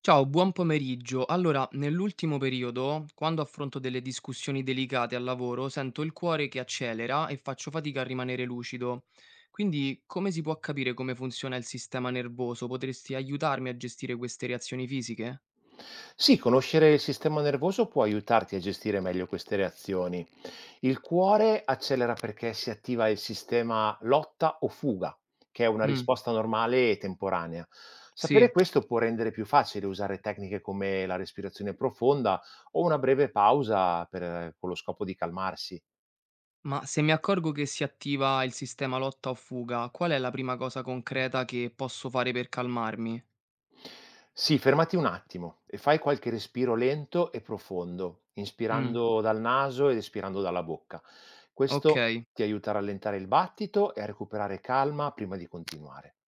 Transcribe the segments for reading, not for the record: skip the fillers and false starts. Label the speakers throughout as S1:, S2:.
S1: Ciao, buon pomeriggio. Allora, nell'ultimo periodo, quando affronto delle discussioni delicate al lavoro, sento il cuore che accelera e faccio fatica a rimanere lucido. Quindi, come si può capire come funziona il sistema nervoso? Potresti aiutarmi a gestire queste reazioni fisiche?
S2: Sì, conoscere il sistema nervoso può aiutarti a gestire meglio queste reazioni. Il cuore accelera perché si attiva il sistema lotta o fuga, che è una
S1: Mm,
S2: risposta normale e temporanea. Sapere
S1: sì.
S2: questo può rendere più facile usare tecniche come la respirazione profonda o una breve pausa con lo scopo di calmarsi.
S1: Ma se mi accorgo che si attiva il sistema lotta o fuga, qual è la prima cosa concreta che posso fare per calmarmi?
S2: Sì, fermati un attimo e fai qualche respiro lento e profondo,
S1: Mm,
S2: inspirando dal naso ed espirando dalla bocca. Questo
S1: ok.
S2: ti aiuta a rallentare il battito e a recuperare calma prima di continuare.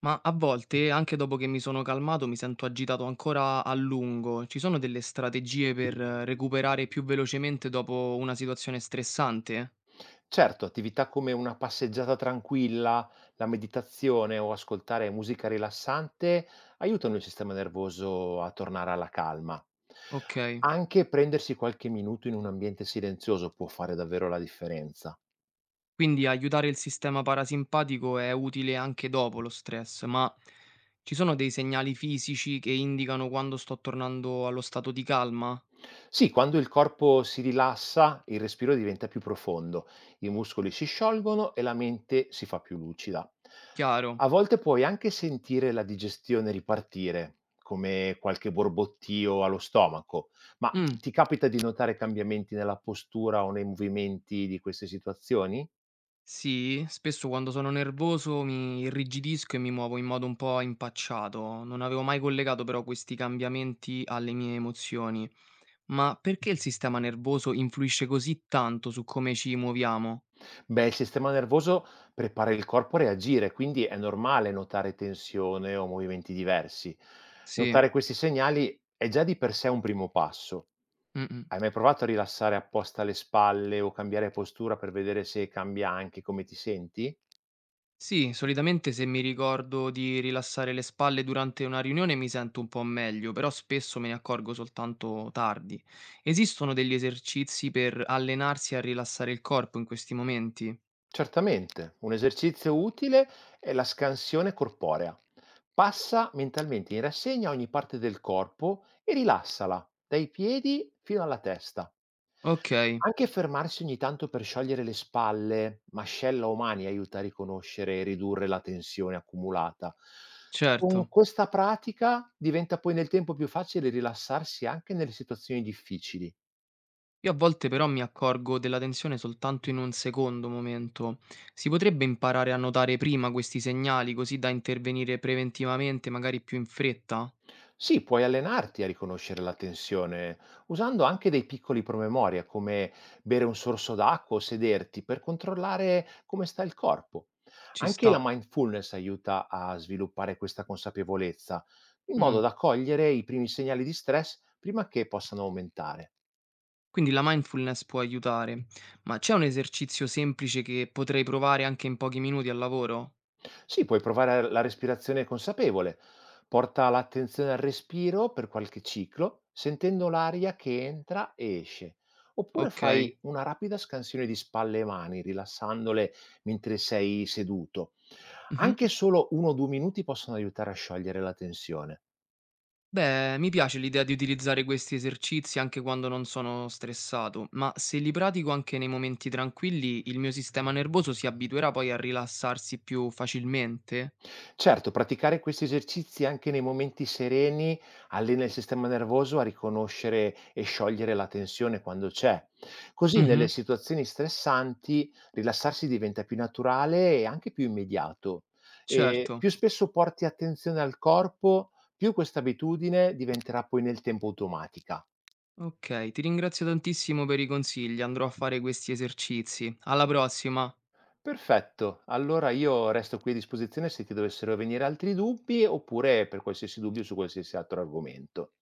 S1: Ma a volte, anche dopo che mi sono calmato, mi sento agitato ancora a lungo. Ci sono delle strategie per recuperare più velocemente dopo una situazione stressante?
S2: Certo, attività come una passeggiata tranquilla, la meditazione o ascoltare musica rilassante aiutano il sistema nervoso a tornare alla calma.
S1: Ok,
S2: Anche prendersi qualche minuto in un ambiente silenzioso può fare davvero la differenza.
S1: quindi aiutare il sistema parasimpatico è utile anche dopo lo stress, ma ci sono dei segnali fisici che indicano quando sto tornando allo stato di calma?
S2: Sì, quando il corpo si rilassa, il respiro diventa più profondo, i muscoli si sciolgono e la mente si fa più lucida.
S1: Chiaro.
S2: A volte puoi anche sentire la digestione ripartire, come qualche borbottio allo stomaco, ma
S1: Mm.
S2: ti capita di notare cambiamenti nella postura o nei movimenti di queste situazioni?
S1: Sì, spesso quando sono nervoso mi irrigidisco e mi muovo in modo un po' impacciato. Non avevo mai collegato però questi cambiamenti alle mie emozioni. Ma perché il sistema nervoso influisce così tanto su come ci muoviamo?
S2: Beh, il sistema nervoso prepara il corpo a reagire, quindi è normale notare tensione o movimenti diversi.
S1: Sì.
S2: Notare questi segnali è già di per sé un primo passo.
S1: Mm-mm.
S2: Hai mai provato a rilassare apposta le spalle o cambiare postura per vedere se cambia anche come ti senti?
S1: Sì, solitamente se mi ricordo di rilassare le spalle durante una riunione mi sento un po' meglio, però spesso me ne accorgo soltanto tardi. Esistono degli esercizi per allenarsi a rilassare il corpo in questi momenti?
S2: Certamente, un esercizio utile è la scansione corporea. Passa mentalmente in rassegna ogni parte del corpo e rilassala, dai piedi fino alla testa.
S1: Ok,
S2: Anche fermarsi ogni tanto per sciogliere le spalle, mascella o mani aiuta a riconoscere e ridurre la tensione accumulata. Con
S1: certo.
S2: questa pratica diventa poi nel tempo più facile rilassarsi anche nelle situazioni difficili.
S1: Io a volte però mi accorgo della tensione soltanto in un secondo momento. Si potrebbe imparare a notare prima questi segnali così da intervenire preventivamente, magari più in fretta?
S2: Sì, puoi allenarti a riconoscere la tensione usando anche dei piccoli promemoria come bere un sorso d'acqua o sederti per controllare come sta il corpo.
S1: Ci
S2: Anche la
S1: sta.
S2: mindfulness aiuta a sviluppare questa consapevolezza, in modo
S1: Mm.
S2: da cogliere i primi segnali di stress prima che possano aumentare.
S1: Quindi la mindfulness può aiutare. Ma c'è un esercizio semplice che potrei provare anche in pochi minuti al lavoro?
S2: Sì, puoi provare la respirazione consapevole. Porta l'attenzione al respiro per qualche ciclo, sentendo l'aria che entra e esce. Oppure
S1: Ok.
S2: fai una rapida scansione di spalle e mani, rilassandole mentre sei seduto.
S1: Mhm.
S2: Anche solo uno o due minuti possono aiutare a sciogliere la tensione.
S1: Beh, mi piace l'idea di utilizzare questi esercizi anche quando non sono stressato, ma se li pratico anche nei momenti tranquilli, il mio sistema nervoso si abituerà poi a rilassarsi più facilmente?
S2: Certo, praticare questi esercizi anche nei momenti sereni allena il sistema nervoso a riconoscere e sciogliere la tensione quando c'è. Così nelle
S1: Mhm,
S2: situazioni stressanti rilassarsi diventa più naturale e anche più immediato. E
S1: certo.
S2: più spesso porti attenzione al corpo, più questa abitudine diventerà poi nel tempo automatica.
S1: Ok, ti ringrazio tantissimo per i consigli, andrò a fare questi esercizi. Alla prossima!
S2: Perfetto, allora io resto qui a disposizione se ti dovessero venire altri dubbi oppure per qualsiasi dubbio su qualsiasi altro argomento.